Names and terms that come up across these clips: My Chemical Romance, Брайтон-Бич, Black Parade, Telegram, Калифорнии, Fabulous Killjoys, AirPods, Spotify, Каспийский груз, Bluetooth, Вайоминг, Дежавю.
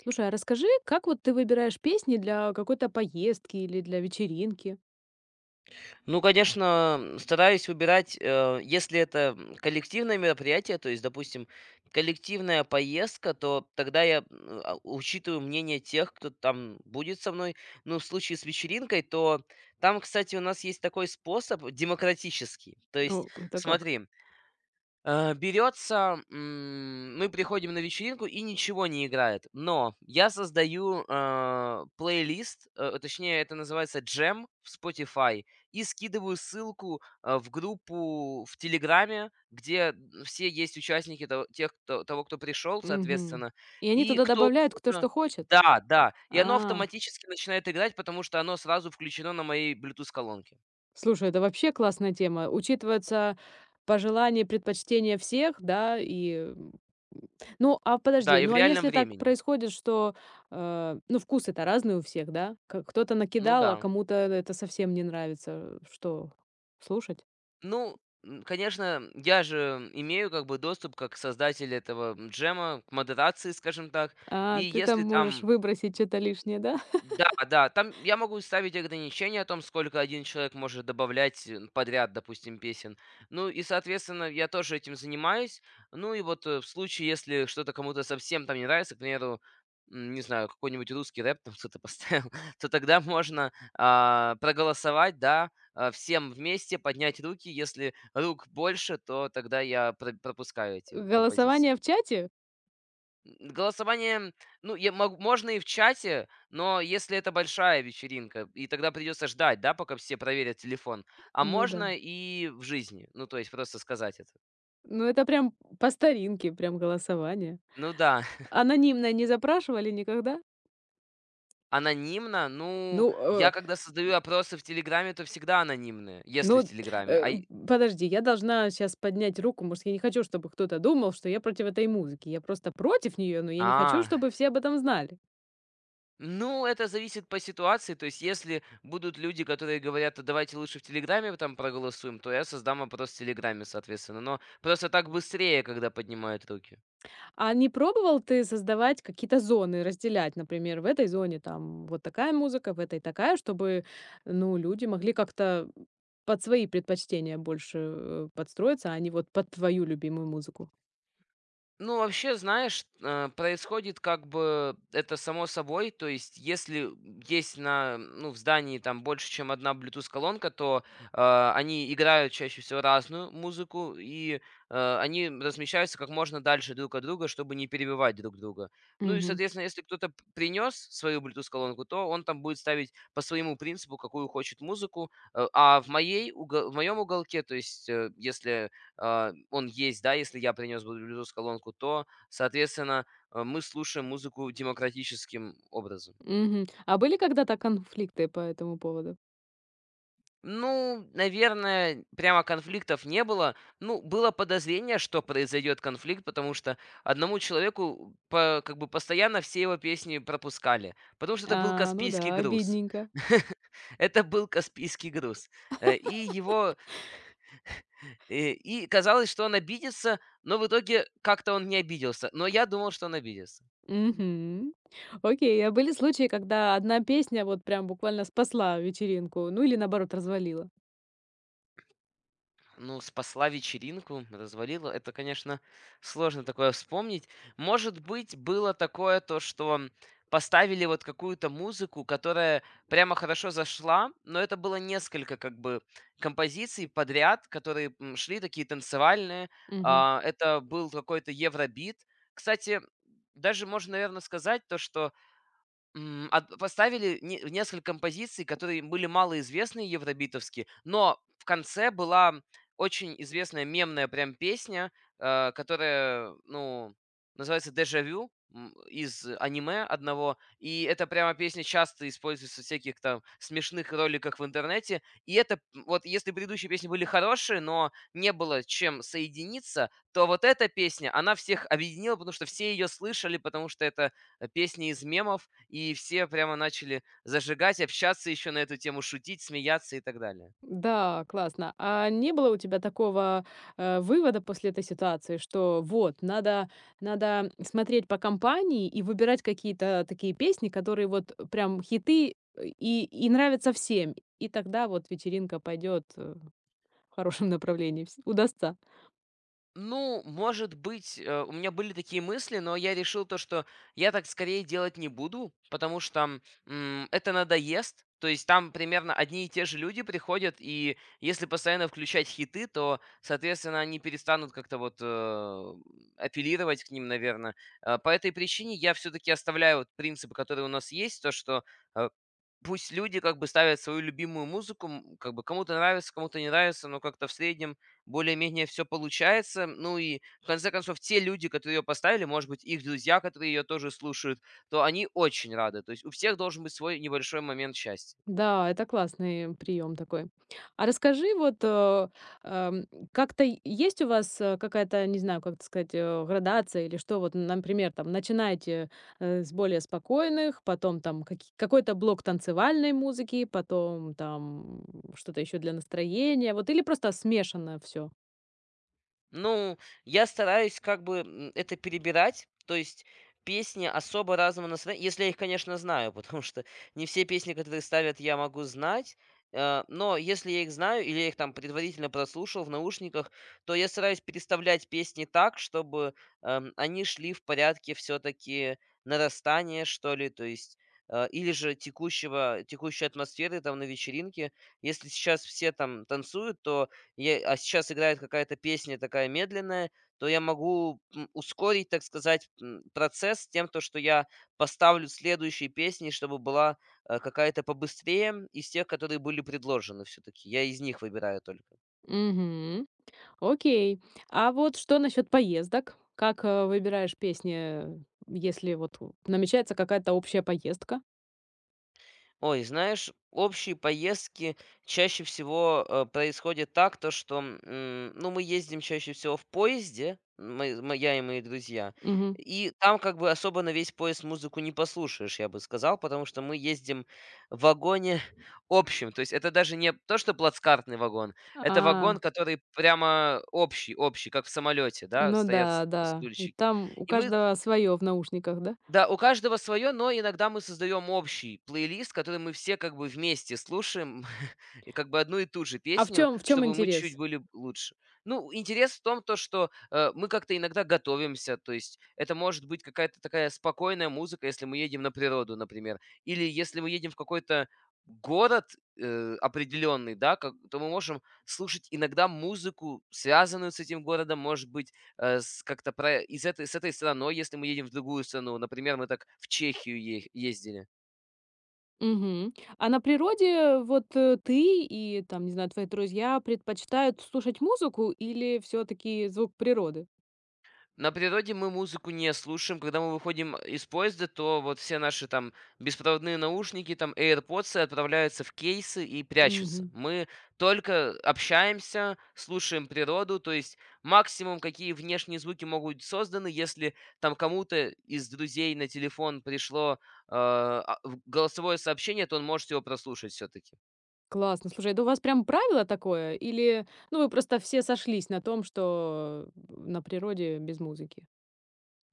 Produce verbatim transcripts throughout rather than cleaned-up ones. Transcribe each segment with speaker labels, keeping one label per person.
Speaker 1: Слушай, а расскажи, как вот ты выбираешь песни для какой-то поездки или для вечеринки?
Speaker 2: Ну, конечно, стараюсь выбирать, э, если это м, коллективное мероприятие, то есть, допустим, коллективная поездка, то тогда я м, а, учитываю мнение тех, кто там будет со мной. Ну, в случае с вечеринкой, то там, кстати, у нас есть такой способ демократический. То есть,
Speaker 1: О, это как?
Speaker 2: смотри, Э, берется, м, мы приходим на вечеринку и ничего не играет. Но я создаю э, плейлист, э, точнее это называется джем в Spotify, и скидываю ссылку э, в группу в Телеграме, где все есть участники того, тех, кто, того, кто пришел,
Speaker 1: Мгм.
Speaker 2: соответственно,
Speaker 1: И они
Speaker 2: и
Speaker 1: туда
Speaker 2: кто
Speaker 1: добавляют кто
Speaker 2: угодно-
Speaker 1: что хочет?
Speaker 2: Да, да. И оно
Speaker 1: А,
Speaker 2: автоматически начинает играть, потому что оно сразу включено на моей Bluetooth-колонке.
Speaker 1: слушай, это вообще классная тема. Учитывается пожелания, предпочтения всех, да, и м, ну, а
Speaker 2: Да,
Speaker 1: подожди,
Speaker 2: и в
Speaker 1: ну а
Speaker 2: реальном
Speaker 1: если так
Speaker 2: времени.
Speaker 1: происходит, что, э, ну, вкусы-то разные у всех, да? К- Кто-то
Speaker 2: Ну
Speaker 1: накидал, а
Speaker 2: да.
Speaker 1: кому-то это совсем не нравится. Что, слушать?
Speaker 2: Ну, м, конечно, я же имею как бы доступ как создатель этого, м, джема к модерации, скажем так. И
Speaker 1: А, ты там
Speaker 2: если
Speaker 1: можешь
Speaker 2: там
Speaker 1: выбросить что-то лишнее, да?
Speaker 2: Да, да, там я могу ставить ограничения о том, сколько один человек может добавлять э, подряд, допустим, песен. Ну и, соответственно, я тоже этим занимаюсь. Ну и вот э, в случае, если что-то кому-то совсем там не нравится, к примеру, м, не знаю, какой-нибудь русский рэп там кто-то поставил, то тогда можно а, проголосовать, да, а, всем вместе поднять руки. Если рук больше, то тогда я про- пропускаю эти композиции.
Speaker 1: Голосование в чате?
Speaker 2: Голосование, ну, я мог- можно и в чате, но если это большая вечеринка, и тогда придется ждать, да, пока все проверят телефон. А
Speaker 1: Ну да.
Speaker 2: можно и в жизни, ну, то есть просто сказать это.
Speaker 1: Ну это прям по старинке, прям голосование.
Speaker 2: Ну да,
Speaker 1: Анонимное не запрашивали никогда?
Speaker 2: анонимно, ну,
Speaker 1: Ну,
Speaker 2: я
Speaker 1: э,
Speaker 2: когда создаю опросы в Телеграме, то всегда анонимные, если в
Speaker 1: ну,
Speaker 2: Телеграме. А,
Speaker 1: э,
Speaker 2: и-
Speaker 1: подожди, я должна сейчас поднять руку. Может, я не хочу, чтобы кто-то думал, что я против этой музыки. Я просто против нее, но я не хочу,
Speaker 2: а,
Speaker 1: чтобы все об этом знали.
Speaker 2: ну, это зависит по ситуации, то есть если будут люди, которые говорят: «А давайте лучше в Телеграме там проголосуем», то я создам опрос в Телеграме, соответственно. Но просто так быстрее, когда поднимают руки.
Speaker 1: А не пробовал ты создавать какие-то зоны, разделять, например, в этой зоне там вот такая музыка, в этой такая, чтобы, ну, люди могли как-то под свои предпочтения больше э, подстроиться, а не вот под твою любимую музыку?
Speaker 2: Ну, вообще, знаешь, э, происходит как бы это само собой. То есть, если есть на, ну, в здании там больше, чем одна Bluetooth-колонка, то э, они играют чаще всего разную музыку, и э, они размещаются как можно дальше друг от друга, чтобы не перебивать друг друга. Ну и,
Speaker 1: Мгм.
Speaker 2: соответственно, если кто-то принес свою Bluetooth-колонку, то он там будет ставить по своему принципу, какую хочет музыку. Э, а в, моей, уго- в моем уголке, то есть, э, если а, он есть, да, если я принес Bluetooth-колонку, то, соответственно, э, мы слушаем музыку демократическим образом.
Speaker 1: Мгм. А были когда-то конфликты по этому поводу?
Speaker 2: Ну, наверное, прямо конфликтов не было. Ну, было подозрение, что произойдет конфликт, потому что одному человеку по- как бы постоянно все его песни пропускали, потому что это был
Speaker 1: А, ну
Speaker 2: Каспийский
Speaker 1: да,
Speaker 2: груз.
Speaker 1: обидненько.
Speaker 2: Это был Каспийский груз. Э, И его... э, И казалось, что он обидится, но в итоге как-то он не обиделся. Но я думал, что он обидится.
Speaker 1: Мгм. Окей, а были случаи, когда одна песня вот прям буквально спасла вечеринку, ну или наоборот развалила?
Speaker 2: Ну, спасла вечеринку, развалила. Это, конечно, сложно такое вспомнить. Может быть, было такое, то что поставили вот какую-то музыку, которая прямо хорошо зашла, но это было несколько как бы композиций подряд, которые м, шли такие танцевальные.
Speaker 1: Мгм.
Speaker 2: А, Это был какой-то евробит. Кстати, даже можно, наверное, сказать то, что М, от поставили не несколько композиций, которые были малоизвестны евробитовски, но в конце была очень известная мемная прям песня, э, которая, ну, называется «Дежавю», м, из аниме одного. И эта прямо песня часто используется в всяких там смешных роликах в интернете. И это, м, вот если предыдущие песни были хорошие, но не было чем соединиться, то вот эта песня, она всех объединила, потому что все ее слышали, потому что это э, песни из мемов, и все прямо начали зажигать, общаться еще на эту тему, шутить, смеяться и так далее.
Speaker 1: Да, классно. А не было у тебя такого, э, вывода после этой ситуации, что вот надо надо смотреть по компании и выбирать какие-то такие песни, которые вот прям хиты э, и и нравятся всем, и тогда вот вечеринка пойдет, э, в хорошем направлении, вс удастся?
Speaker 2: Ну, может быть, э, у меня были такие мысли, но я решил то, что я так скорее делать не буду, потому что м, это надоест. То есть там примерно одни и те же люди приходят, и если постоянно включать хиты, то, соответственно, они перестанут как-то вот э, апеллировать к ним, наверное. По этой причине я все-таки оставляю вот принципы, которые у нас есть, то, что э, Пусть люди как бы ставят свою любимую музыку, м, как бы кому-то нравится, кому-то не нравится, но как-то в среднем более-менее все получается. Ну и в конце концов те люди, которые ее поставили, может быть, их друзья, которые ее тоже слушают, то они очень рады. То есть у всех должен быть свой небольшой момент счастья.
Speaker 1: Да, это классный прием такой. А расскажи, вот, э, эм, как-то е есть у вас, э, какая-то, не знаю, как это сказать, э, градация или что? Вот, например, там начинаете, э, с более спокойных, потом там каки какой-то блок танцевальной музыки, потом там м, что-то еще для настроения, вот, или просто смешанное все.
Speaker 2: Ну, я стараюсь как бы м, это перебирать, то есть песни особо разного настроения, если я их, конечно, знаю, потому что не все песни, которые ставят, я могу знать, э, но если я их знаю или я их там предварительно прослушал в наушниках, то я стараюсь переставлять песни так, чтобы эм, они шли в порядке все-таки нарастания, что ли, то есть э, или же текущего, текущей атмосферы там на вечеринке. Если сейчас все там танцуют, то е а сейчас играет какая-то песня такая медленная, то я могу, м, ускорить, так сказать, м, процесс тем, то что я поставлю следующие песни, чтобы была э, какая-то побыстрее из тех, которые были предложены все-таки. Я из них выбираю только.
Speaker 1: Угу. Окей. А вот что насчет поездок? Как, э, выбираешь песни, если вот у- намечается какая-то общая поездка?
Speaker 2: Ой, знаешь, общие поездки чаще всего э, происходят так, то что, м, ну, мы ездим чаще всего в поезде, мы, мы- я и мои друзья,
Speaker 1: Мгм.
Speaker 2: и там как бы особо на весь поезд музыку не послушаешь, я бы сказал, потому что мы ездим в вагоне общем, то есть это даже не то, что плацкартный вагон, это
Speaker 1: А,
Speaker 2: вагон, который прямо общий, общий, как в самолете, да,
Speaker 1: ну
Speaker 2: стоят
Speaker 1: да,
Speaker 2: с-
Speaker 1: да. И
Speaker 2: стульчики.
Speaker 1: там у
Speaker 2: И мы
Speaker 1: каждого свое в наушниках, да?
Speaker 2: Да, у каждого свое, но иногда мы создаем общий плейлист, который мы все как бы вместе слушаем, и как бы одну и ту же
Speaker 1: А в
Speaker 2: песню,
Speaker 1: чем в чем
Speaker 2: чтобы мы чуть
Speaker 1: интерес?
Speaker 2: были лучше. Ну, интерес в том, то, что э, мы как-то иногда готовимся, то есть это может быть какая-то такая спокойная музыка, если мы едем на природу, например, или если мы едем в какой-то город э, определенный, да, как, то мы можем слушать иногда музыку, связанную с этим городом, может быть, э, с как-то про из этой с этой страной, если мы едем в другую страну. Например, мы так в Чехию е ездили.
Speaker 1: Мгм. А на природе вот, э, ты и там, не знаю, твои друзья предпочитают слушать музыку или все таки звук природы?
Speaker 2: На природе мы музыку не слушаем. Когда мы выходим из поезда, то вот все наши там беспроводные наушники, там AirPods отправляются в кейсы и прячутся.
Speaker 1: Мгм.
Speaker 2: Мы только общаемся, слушаем природу, то есть максимум, какие внешние звуки могут быть созданы, если там кому-то из друзей на телефон пришло, э, а, в голосовое сообщение, то он может его прослушать все-таки.
Speaker 1: Классно. Слушай, это у вас прям правило такое или, ну, вы просто все сошлись на том, что, э, на природе без музыки?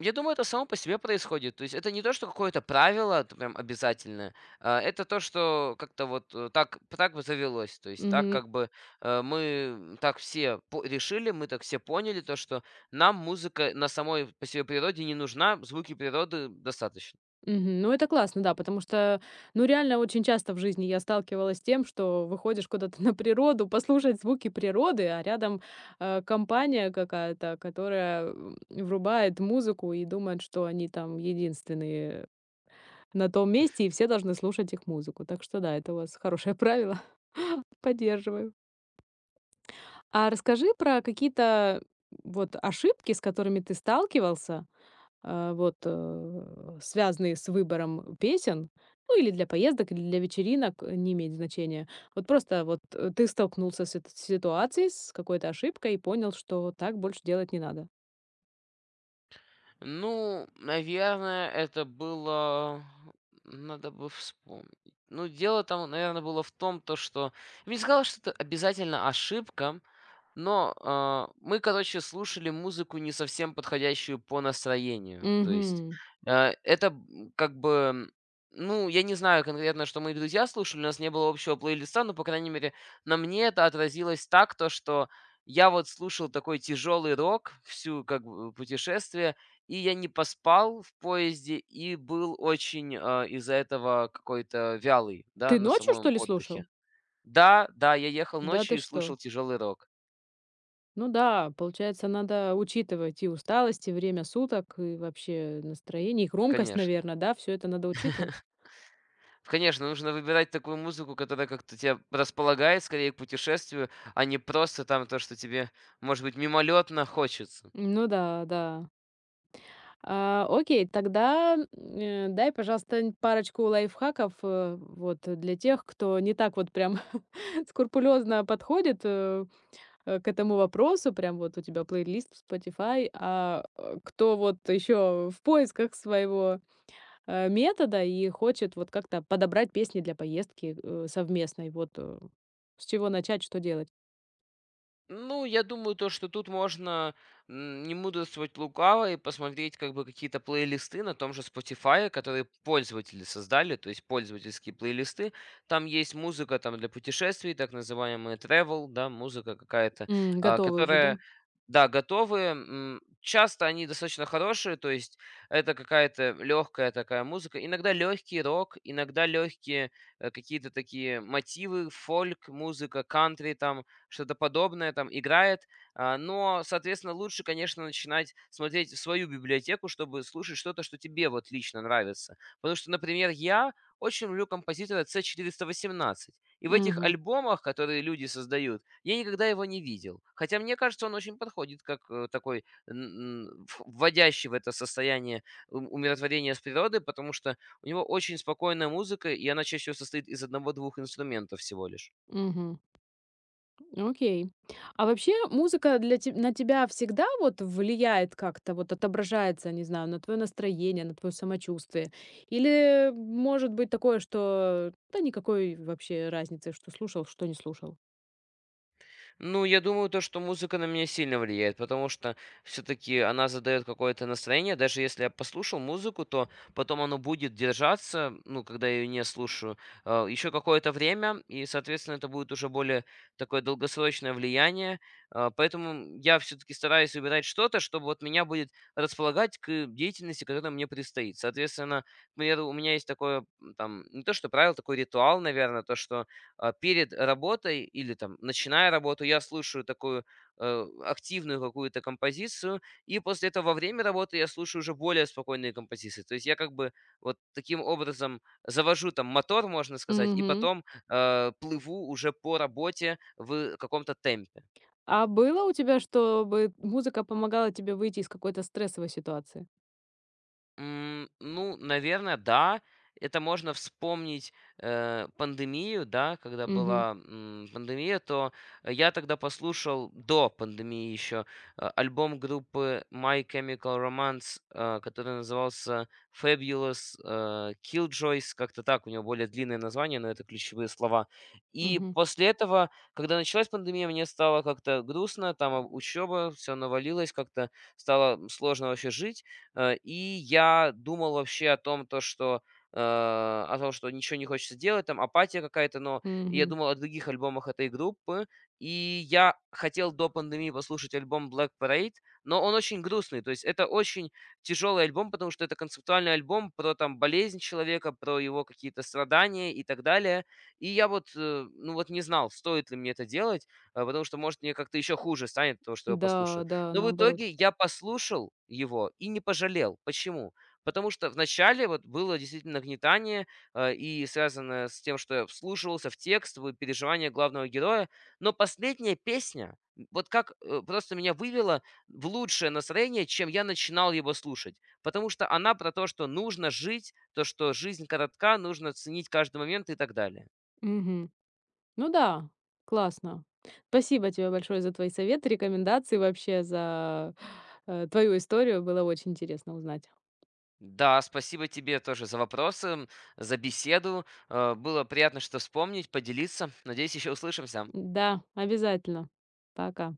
Speaker 2: Я думаю, это само по себе происходит. То есть это не то, что какое-то правило т- прям обязательное, а, это то, что как-то вот э, так, так бы завелось. То есть так
Speaker 1: Мгм.
Speaker 2: как бы э, мы так все по- решили, мы так все поняли, то, что нам музыка на самой по себе природе не нужна, звуки природы достаточно.
Speaker 1: Мгм. Ну, это классно, да, потому что, ну, реально очень часто в жизни я сталкивалась с тем, что выходишь куда-то на природу, послушать звуки природы, а рядом э, компания какая-то, которая м, врубает музыку и думает, что они там единственные на том месте, и все должны слушать их музыку. Так что да, это у вас хорошее правило. Поддерживаю. А расскажи про какие-то вот ошибки, с которыми ты сталкивался, а, вот, э, связанные с выбором песен, ну, или для поездок, или для вечеринок, э, не имеет значения. Вот просто вот, э, ты столкнулся с этой ситуацией, с какой-то ошибкой и понял, что так больше делать не надо.
Speaker 2: Ну, наверное, это было. Надо бы вспомнить. Ну, дело там, наверное, было в том, то, что. Я бы не сказал, что это обязательно ошибка, но а, мы, короче, слушали музыку не совсем подходящую по настроению. То есть
Speaker 1: Мгм.
Speaker 2: э, это м, как бы. м, Ну, я не знаю конкретно, что мои друзья слушали, у нас не было общего плейлиста, но, по крайней мере, на мне это отразилось так, то, что я вот слушал такой тяжелый рок всю как бы путешествие, и я не поспал в поезде и был очень, а, из-за этого какой-то вялый, да,
Speaker 1: Ты
Speaker 2: на
Speaker 1: ночью,
Speaker 2: самом
Speaker 1: что ли,
Speaker 2: отдыхе.
Speaker 1: слушал?
Speaker 2: Да, да, я ехал
Speaker 1: Да
Speaker 2: ночью
Speaker 1: ты
Speaker 2: и
Speaker 1: что?
Speaker 2: слушал тяжелый рок.
Speaker 1: Ну да, получается, надо учитывать и усталость, и время суток, и вообще настроение, и громкость,
Speaker 2: Конечно.
Speaker 1: наверное, да, все это надо учитывать?
Speaker 2: Конечно, нужно выбирать такую музыку, которая как-то тебя располагает скорее к путешествию, а не просто там то, что тебе, может быть, мимолетно хочется.
Speaker 1: Ну да, да. А, окей, тогда, э, дай, пожалуйста, н парочку лайфхаков, э, вот, э, для тех, кто не так вот прям скрупулезно подходит, э, э, к этому вопросу. Прям вот у тебя плейлист в Spotify, а, э, кто вот еще в поисках своего, э, метода и хочет вот как-то подобрать песни для поездки, э, совместной. Вот, э, с чего начать, что делать?
Speaker 2: Ну, я думаю, то, что тут можно м, не мудрствовать лукаво и посмотреть как бы какие-то плейлисты на том же Spotify, которые пользователи создали, то есть пользовательские плейлисты. Там есть музыка там для путешествий, так называемые travel, да, музыка какая-то,
Speaker 1: М,
Speaker 2: а,
Speaker 1: готовы уже, да?
Speaker 2: которая да, готовые. м, Часто они достаточно хорошие, то есть это какая-то легкая такая музыка. Иногда легкий рок, иногда легкие э, какие-то такие мотивы, фольк, музыка, кантри там что-то подобное там играет. А, Но, соответственно, лучше, конечно, начинать смотреть в свою библиотеку, чтобы слушать что-то, что тебе вот лично нравится. Потому что, например, я очень люблю композитора си восемнадцать. И в этих
Speaker 1: Угу,
Speaker 2: альбомах, которые люди создают, я никогда его не видел. Хотя мне кажется, он очень подходит как э, такой н- н- в- вводящий в это состояние ум- умиротворения с природой, потому что у него очень спокойная музыка, и она чаще всего состоит из одного-двух инструментов всего лишь.
Speaker 1: мгм. Окей. А вообще музыка для те на тебя всегда вот влияет как-то, вот отображается, не знаю, на твое настроение, на твое самочувствие? Или может быть такое, что да никакой вообще разницы, что слушал, что не слушал?
Speaker 2: Ну, я думаю, то, что музыка на меня сильно влияет, потому что все-таки она задает какое-то настроение. Даже если я послушал музыку, то потом оно будет держаться, ну, когда я ее не слушаю, еще какое-то время, и, соответственно, это будет уже более такое долгосрочное влияние. А, Поэтому я все-таки стараюсь выбирать что-то, что вот меня будет располагать к деятельности, которая мне предстоит. Соответственно, к примеру, у меня есть такое, м, там, не то что правило, такой ритуал, наверное, то, что а, перед работой или там начиная работу, я слушаю такую э, активную какую-то композицию, и после этого во время работы я слушаю уже более спокойные композиции. То есть я как бы вот таким образом завожу там мотор, можно сказать, и
Speaker 1: Мгм.
Speaker 2: потом э, плыву уже по работе в каком-то темпе.
Speaker 1: А было у тебя, чтобы музыка помогала тебе выйти из какой-то стрессовой ситуации?
Speaker 2: М, ну, наверное, да. Это можно вспомнить э, пандемию, да, когда
Speaker 1: Мгм.
Speaker 2: была м, пандемия, то я тогда послушал до пандемии еще альбом группы My Chemical Romance, э, который назывался Fabulous э, Killjoys, как-то так, у него более длинное название, но это ключевые слова. И
Speaker 1: Мгм.
Speaker 2: после этого, когда началась пандемия, мне стало как-то грустно, там а, учеба, все навалилось, как-то стало сложно вообще жить. Э, и я думал вообще о том, то, что э, о том, что ничего не хочется делать, там апатия какая-то, но я
Speaker 1: Мгм.
Speaker 2: думал о других альбомах этой группы, и я хотел до пандемии послушать альбом Black Parade, но он очень грустный, то есть это очень тяжелый альбом, потому что это концептуальный альбом про там болезнь человека, про его какие-то страдания и так далее, и я вот, э, ну вот не знал, стоит ли мне это делать, э, потому что, может, мне как-то еще хуже станет то, что я послушаю.
Speaker 1: Да, да,
Speaker 2: Но в
Speaker 1: наоборот.
Speaker 2: итоге я послушал его и не пожалел. Почему? Потому что вначале вот было действительно нагнетание, э, и связано с тем, что я вслушивался в текст, в переживания главного героя. Но последняя песня, вот как э, просто меня вывела в лучшее настроение, чем я начинал его слушать. Потому что она про то, что нужно жить, то, что жизнь коротка, нужно ценить каждый момент и так далее.
Speaker 1: Мгм. Ну да, классно. Спасибо тебе большое за твои советы, рекомендации, вообще за э, твою историю. Было очень интересно узнать.
Speaker 2: Да, спасибо тебе тоже за вопросы, за беседу. Э, Было приятно, что вспомнить, поделиться. Надеюсь, еще услышимся.
Speaker 1: Да, обязательно. Пока.